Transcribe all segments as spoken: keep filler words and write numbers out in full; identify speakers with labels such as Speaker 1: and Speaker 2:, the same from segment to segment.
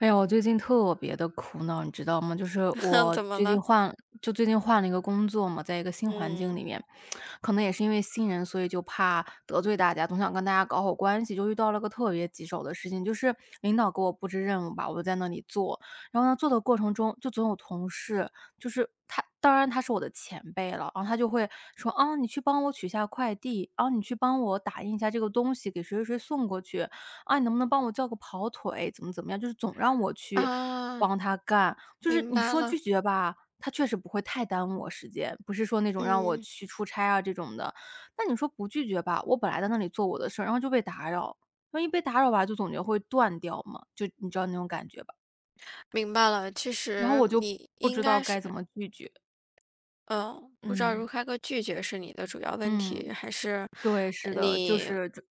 Speaker 1: 哎呀，我最近特别的苦恼，你知道吗？就是
Speaker 2: 哼，
Speaker 1: 我
Speaker 2: 怎么
Speaker 1: 最近
Speaker 2: 了？
Speaker 1: 换就最近换了一个工作嘛，在一个新环境
Speaker 2: 嗯，
Speaker 1: 里面，可能也是因为新人，所以就怕得罪大家，总想跟大家搞好关系，就遇到了个特别棘手的事情，就是领导给我布置任务吧，我就在那里做，然后呢，做的过程中就总有同事，就是他当然他是我的前辈了，然后他就会说：“啊，你去帮我取下快递，啊，你去帮我打印一下这个东西，给谁谁谁送过去。”啊，你能不能帮我叫个跑腿，怎么怎么样，就是总让我去
Speaker 2: 啊，
Speaker 1: 帮他干。就是
Speaker 2: 明
Speaker 1: 你
Speaker 2: 白
Speaker 1: 说
Speaker 2: 了。
Speaker 1: 拒绝吧，他确实不会太耽误我时间，不是说那种让我
Speaker 2: 嗯，
Speaker 1: 去出差啊这种的。但你说不拒绝吧，我本来在那里做我的事儿，然后就被打扰，万一被打扰吧，就总觉得会断掉嘛，就你知道那种感觉吧。
Speaker 2: 明白了。其
Speaker 1: 然后我
Speaker 2: 实
Speaker 1: 就
Speaker 2: 你
Speaker 1: 不
Speaker 2: 应
Speaker 1: 知道
Speaker 2: 该是，
Speaker 1: 该怎么拒绝。
Speaker 2: 嗯，不知道如
Speaker 1: 嗯，
Speaker 2: 何个拒绝是你的主要问
Speaker 1: 嗯，
Speaker 2: 题，还是
Speaker 1: 对，是的，就
Speaker 2: 你
Speaker 1: 是这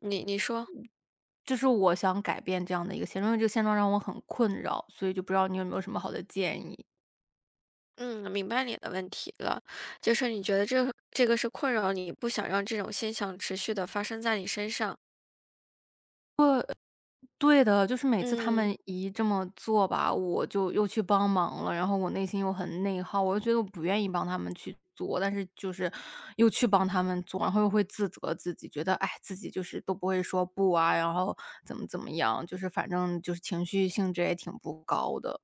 Speaker 2: 你你说，
Speaker 1: 这是我想改变这样的一个现状，因为这个现状让我很困扰，所以就不知道你有没有什么好的建议。
Speaker 2: 嗯，明白你的问题了。就是你觉得这这个是困扰你，不想让这种现象持续的发生在你身上。
Speaker 1: 对的，就是每次他
Speaker 2: 嗯。
Speaker 1: 们一这么做吧，我就又去帮忙了，然后我内心又很内耗，我又觉得我不愿意帮他们去做，但是就是又去帮他们做，然后又会自责自己，觉得哎，自己就是都不会说不啊，然后怎么怎么样，就是反正就是情绪性质也挺不高的。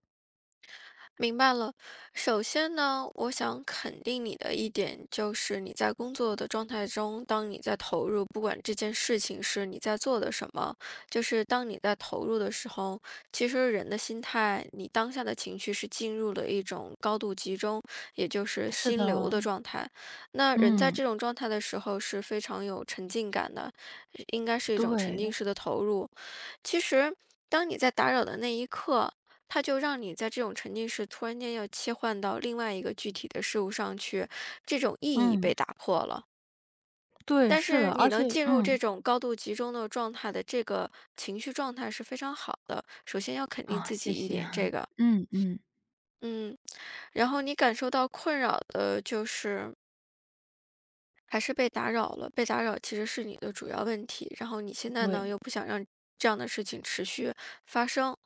Speaker 2: 明白了。首先呢，我想肯定你的一点就是，你在工作的状态中，当你在投入，不管这件事情是你在做的什么，就是当你在投入的时候，其实人的心态，你当下的情绪是进入了一种高度集中，也就是
Speaker 1: 是的，
Speaker 2: 心流的状态。那人在
Speaker 1: 嗯，
Speaker 2: 这种状态的时候是非常有沉浸感的，应该是一种沉浸
Speaker 1: 对，
Speaker 2: 式的投入。其实，当你在打扰的那一刻，它就让你在这种沉浸式突然间要切换到另外一个具体的事物上去，这种意义
Speaker 1: 嗯，
Speaker 2: 被打破了。
Speaker 1: 对，
Speaker 2: 但
Speaker 1: 是的，
Speaker 2: 是你
Speaker 1: 而且
Speaker 2: 能进入
Speaker 1: 嗯，
Speaker 2: 这种高度集中的状态的这个情绪状态是非常好的，首先要肯定
Speaker 1: 啊，
Speaker 2: 自
Speaker 1: 谢
Speaker 2: 己一
Speaker 1: 谢，
Speaker 2: 点这个。
Speaker 1: 嗯嗯，
Speaker 2: 嗯，然后你感受到困扰的就是还是被打扰了，被打扰其实是你的主要问题，然后你现在呢
Speaker 1: 对，
Speaker 2: 又不想让这样的事情持续发生。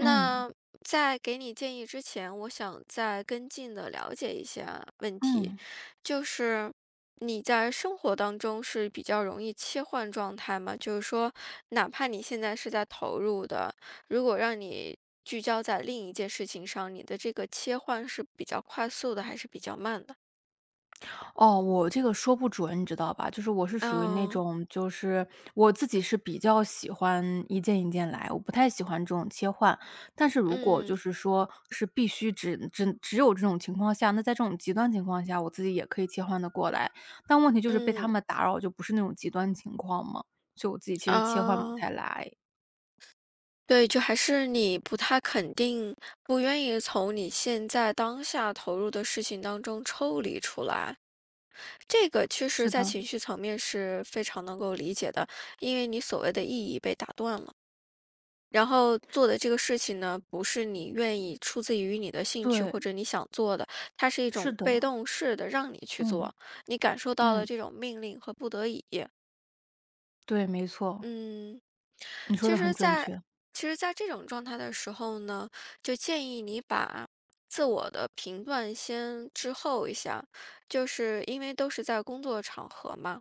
Speaker 1: 嗯
Speaker 2: 在给你建议之前，我想再跟进的了解一下问题，
Speaker 1: 嗯。
Speaker 2: 就是你在生活当中是比较容易切换状态吗？就是说，哪怕你现在是在投入的，如果让你聚焦在另一件事情上，你的这个切换是比较快速的，还是比较慢的？
Speaker 1: 哦，我这个说不准，你知道吧？就是我是属于那
Speaker 2: 哦，
Speaker 1: 种，就是我自己是比较喜欢一件一件来，我不太喜欢这种切换。但是如果就
Speaker 2: 嗯
Speaker 1: 是说是必须只只只有这种情况下，那在这种极端情况下，我自己也可以切换的过来。但问题就是被他
Speaker 2: 嗯，
Speaker 1: 们打扰，就不是那种极端情况嘛，所以我自己其实切换不
Speaker 2: 啊。
Speaker 1: 太来。
Speaker 2: 对，就还是你不太肯定，不愿意从你现在当下投入的事情当中抽离出来。这个其实
Speaker 1: 是
Speaker 2: 在
Speaker 1: 的，
Speaker 2: 情绪层面是非常能够理解的，因为你所谓的意义被打断了。然后做的这个事情呢，不是你愿意出自于你的兴趣
Speaker 1: 对，
Speaker 2: 或者你想做的，它是一
Speaker 1: 是
Speaker 2: 种
Speaker 1: 的，
Speaker 2: 被动式的让你去
Speaker 1: 嗯
Speaker 2: 做，你感受到了
Speaker 1: 嗯，
Speaker 2: 这种命令和不得已。
Speaker 1: 对，没错，
Speaker 2: 嗯，
Speaker 1: 你说的
Speaker 2: 其
Speaker 1: 很
Speaker 2: 实
Speaker 1: 准
Speaker 2: 在
Speaker 1: 确，
Speaker 2: 其实在这种状态的时候呢，就建议你把自我的评断先滞后一下，就是因为都是在工作场合嘛，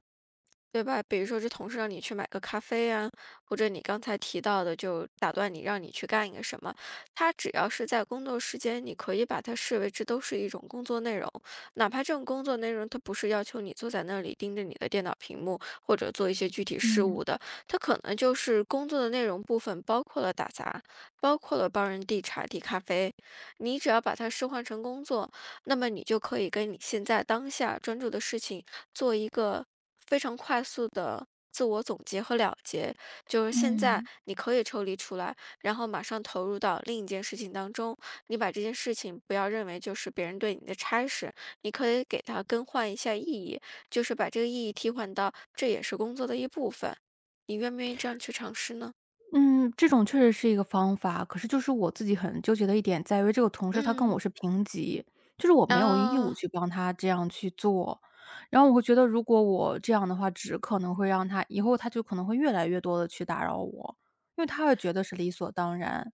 Speaker 2: 对吧？比如说这同事让你去买个咖啡啊，或者你刚才提到的，就打断你让你去干一个什么，他只要是在工作时间，你可以把它视为这都是一种工作内容，哪怕这种工作内容它不是要求你坐在那里盯着你的电脑屏幕或者做一些具体事
Speaker 1: 嗯
Speaker 2: 务的，它可能就是工作的内容部分包括了打杂，包括了帮人递茶递咖啡，你只要把它置换成工作，那么你就可以跟你现在当下专注的事情做一个非常快速的自我总结和了结，就是现在
Speaker 1: 嗯。
Speaker 2: 你可以抽离出来，然后马上投入到另一件事情当中。你把这件事情不要认为就是别人对你的差事，你可以给它更换一下意义，就是把这个意义替换到这也是工作的一部分。你愿不愿意这样去尝试呢？
Speaker 1: 嗯，这种确实是一个方法，可是就是我自己很纠结的一点在于，这个同事他跟我
Speaker 2: 嗯，
Speaker 1: 是平级，就是我没有义务
Speaker 2: 哦，
Speaker 1: 去帮他这样去做。然后我会觉得，如果我这样的话，只可能会让他以后他就可能会越来越多的去打扰我，因为他会觉得是理所当然。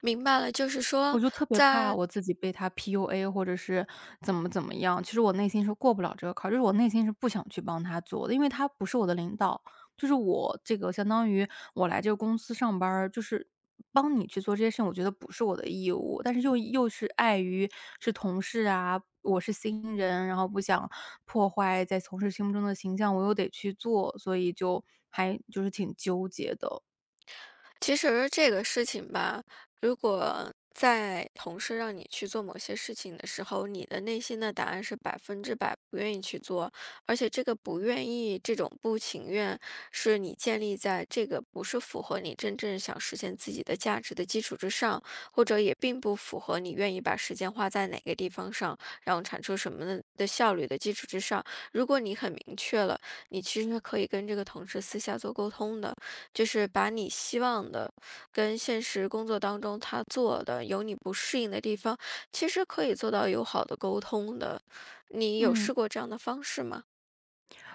Speaker 2: 明白了。就是说
Speaker 1: 我就特别怕
Speaker 2: 在
Speaker 1: 我自己被他 P U A，或者是怎么怎么样。其实我内心是过不了这个坎儿就是我内心是不想去帮他做的，因为他不是我的领导，就是我这个相当于我来这个公司上班儿就是帮你去做这些事情，我觉得不是我的义务。但是又又是碍于是同事啊，我是新人，然后不想破坏在同事心目中的形象，我又得去做，所以就还就是挺纠结的。
Speaker 2: 其实这个事情吧，如果在同事让你去做某些事情的时候，你的内心的答案是百分之百不愿意去做，而且这个不愿意、这种不情愿，是你建立在这个不是符合你真正想实现自己的价值的基础之上，或者也并不符合你愿意把时间花在哪个地方上，然后产出什么的的效率的基础之上。如果你很明确了，你其实可以跟这个同事私下做沟通的。就是把你希望的跟现实工作当中他做的有你不适应的地方，其实可以做到友好的沟通的。你有
Speaker 1: 嗯。
Speaker 2: 试过这样的方式吗？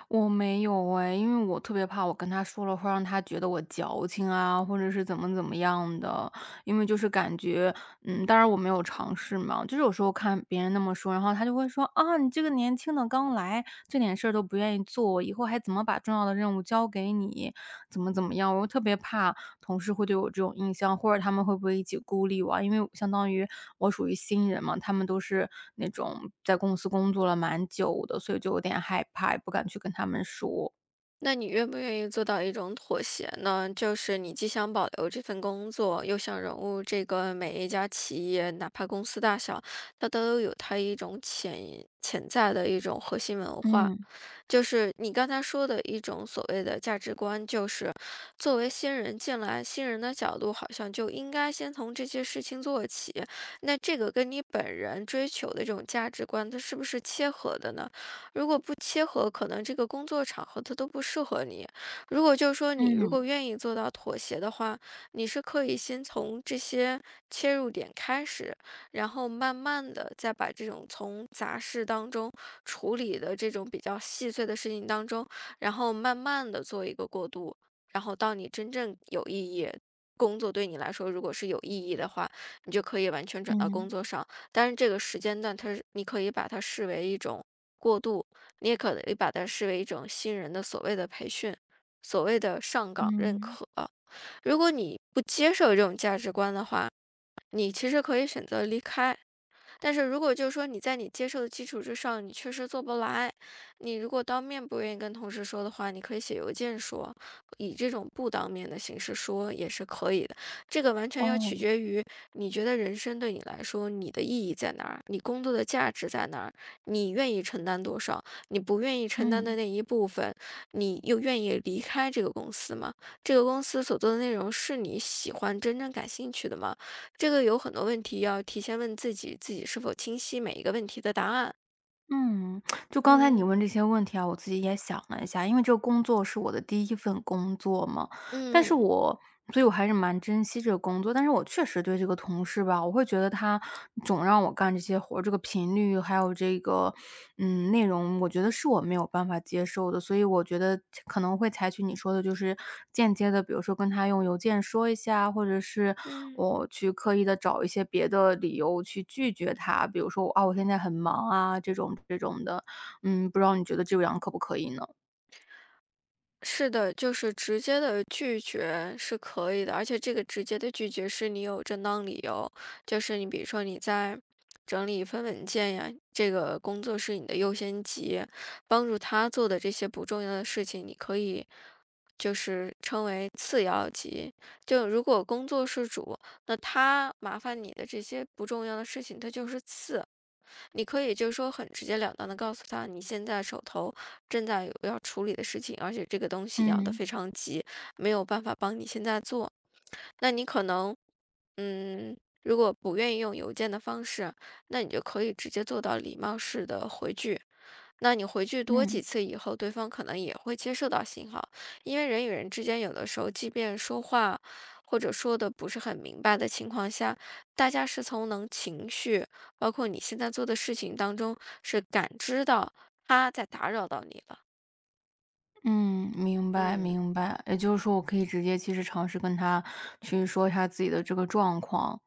Speaker 1: 我没有哎，因为我特别怕我跟他说了会让他觉得我矫情啊，或者是怎么怎么样的。因为就是感觉，嗯，当然我没有尝试嘛，就是有时候看别人那么说，然后他就会说啊，你这个年轻的刚来，这点事儿都不愿意做，以后还怎么把重要的任务交给你，怎么怎么样？我又特别怕同事会对我这种印象，或者他们会不会一起孤立我啊？因为相当于我属于新人嘛，他们都是那种在公司工作了蛮久的，所以就有点害怕，也不敢去跟他们说。
Speaker 2: 那你愿不愿意做到一种妥协呢？就是你既想保留这份工作，又想融入这个每一家企业，哪怕公司大小，它都有它一种潜潜在的一种核心文化。
Speaker 1: 嗯
Speaker 2: 就是你刚才说的一种所谓的价值观，就是作为新人进来，新人的角度好像就应该先从这些事情做起。那这个跟你本人追求的这种价值观，它是不是切合的呢？如果不切合，可能这个工作场合它都不适合你。如果就是说你如
Speaker 1: 嗯
Speaker 2: 果愿意做到妥协的话，你是可以先从这些切入点开始。然后慢慢的再把这种从杂事当中处理的这种比较细碎的事情当中，然后慢慢的做一个过渡，然后到你真正有意义。工作对你来说，如果是有意义的话，你就可以完全转到工
Speaker 1: 嗯
Speaker 2: 作上。但是这个时间段，它是你可以把它视为一种过渡，你也可以把它视为一种新人的所谓的培训，所谓的上岗认
Speaker 1: 嗯，
Speaker 2: 可。如果你不接受这种价值观的话，你其实可以选择离开。但是如果就是说你在你接受的基础之上，你确实做不来，你如果当面不愿意跟同事说的话，你可以写邮件说，以这种不当面的形式说也是可以的。这个完全要取
Speaker 1: 哦，
Speaker 2: 决于你觉得人生对你来说你的意义在哪儿，你工作的价值在哪儿，你愿意承担多少，你不愿意承担的
Speaker 1: 嗯
Speaker 2: 那一部分，你又愿意离开这个公司吗？这个公司所做的内容是你喜欢、真正感兴趣的吗？这个有很多问题要提前问自己，自己是否清晰每一个问题的答案。
Speaker 1: 嗯，就刚才你
Speaker 2: 嗯
Speaker 1: 问这些问题啊，我自己也想了一下，因为这个工作是我的第一份工作嘛，但是
Speaker 2: 嗯
Speaker 1: 我所以我还是蛮珍惜这个工作，但是我确实对这个同事吧，我会觉得他总让我干这些活儿，这个频率还有这个，嗯，内容，我觉得是我没有办法接受的。所以我觉得可能会采取你说的，就是间接的，比如说跟他用邮件说一下，或者是
Speaker 2: 嗯。
Speaker 1: 我去刻意的找一些别的理由去拒绝他，比如说我啊，我现在很忙啊，这种这种的。嗯，不知道你觉得这样可不可以呢？
Speaker 2: 是的，就是直接的拒绝是可以的，而且这个直接的拒绝是你有正当理由。就是你比如说你在整理一份文件呀，这个工作是你的优先级，帮助他做的这些不重要的事情，你可以就是称为次要级。就如果工作是主，那他麻烦你的这些不重要的事情，它就是次。你可以就是说很直截了当的告诉他，你现在手头正在有要处理的事情，而且这个东西要的
Speaker 1: 嗯，
Speaker 2: 非常急，没有办法帮你现在做。那你可能，嗯，如果不愿意用邮件的方式，那你就可以直接做到礼貌式的回拒。那你回拒多
Speaker 1: 嗯。
Speaker 2: 几次以后，对方可能也会接受到信号，因为人与人之间有的时候，即便说话或者说的不是很明白的情况下，大家是从能情绪，包括你现在做的事情当中是感知到他在打扰到你了。
Speaker 1: 嗯，明白
Speaker 2: 嗯，
Speaker 1: 明白。也就是说，我可以直接其实尝试跟他去说一下自己的这个状况，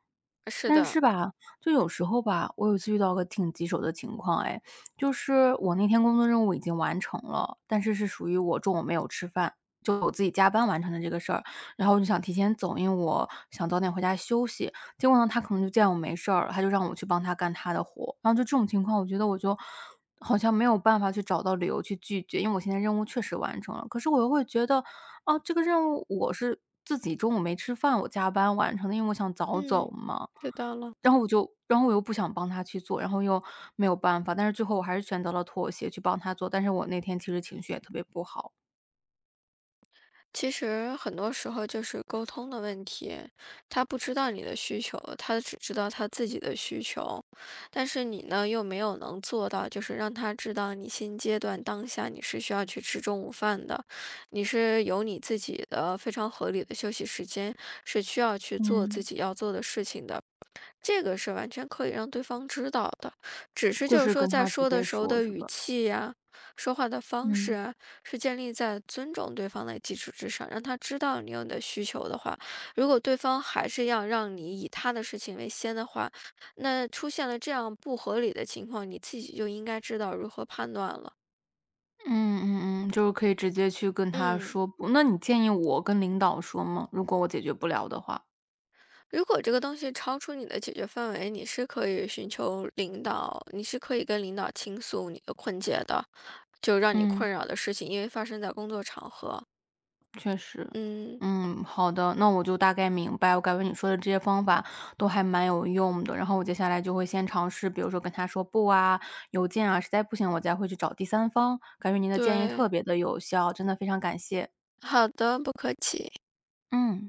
Speaker 2: 是
Speaker 1: 但
Speaker 2: 的。
Speaker 1: 是吧，就有时候吧，我有一次遇到个挺棘手的情况哎，就是我那天工作任务已经完成了，但是是属于我中午没有吃饭，就我自己加班完成的这个事儿，然后我就想提前走，因为我想早点回家休息。结果呢，他可能就见我没事儿了，他就让我去帮他干他的活。然后就这种情况，我觉得我就好像没有办法去找到理由去拒绝，因为我现在任务确实完成了，可是我又会觉得，哦，这个任务我是自己中午没吃饭，我加班完成的，因为我想早
Speaker 2: 嗯，
Speaker 1: 走嘛。
Speaker 2: 知道了。
Speaker 1: 然后我就然后我又不想帮他去做，然后又没有办法，但是最后我还是选择了妥协去帮他做，但是我那天其实情绪也特别不好。
Speaker 2: 其实很多时候就是沟通的问题，他不知道你的需求，他只知道他自己的需求，但是你呢又没有能做到，就是让他知道你现阶段当下你是需要去吃中午饭的，你是有你自己的非常合理的休息时间，是需要去做自
Speaker 1: 嗯，
Speaker 2: 己要做的事情的。这个是完全可以让对方知道的，只是
Speaker 1: 就
Speaker 2: 就是
Speaker 1: 是
Speaker 2: 说
Speaker 1: 跟
Speaker 2: 在
Speaker 1: 他直
Speaker 2: 说
Speaker 1: 接
Speaker 2: 的时候
Speaker 1: 说
Speaker 2: 的
Speaker 1: 是
Speaker 2: 语
Speaker 1: 吧？
Speaker 2: 气呀、说话的方式
Speaker 1: 嗯。
Speaker 2: 啊，是建立在尊重对方的基础之上，让他知道你有你的需求的话，如果对方还是要让你以他的事情为先的话，那出现了这样不合理的情况，你自己就应该知道如何判断了。
Speaker 1: 嗯嗯嗯，就是可以直接去跟他
Speaker 2: 嗯，
Speaker 1: 说不那你建议我跟领导说吗？如果我解决不了的话。
Speaker 2: 如果这个东西超出你的解决范围，你是可以寻求领导，你是可以跟领导倾诉你的困结的。就让你
Speaker 1: 嗯。
Speaker 2: 困扰的事情，因为发生在工作场合。
Speaker 1: 确实，
Speaker 2: 嗯，
Speaker 1: 嗯，好的，那我就大概明白，我感觉你说的这些方法都还蛮有用的。然后我接下来就会先尝试，比如说跟他说不啊，邮件啊，实在不行我再会去找第三方。感觉您的建议特
Speaker 2: 对，
Speaker 1: 别的有效，真的非常感谢。
Speaker 2: 好的，不客气。
Speaker 1: 嗯。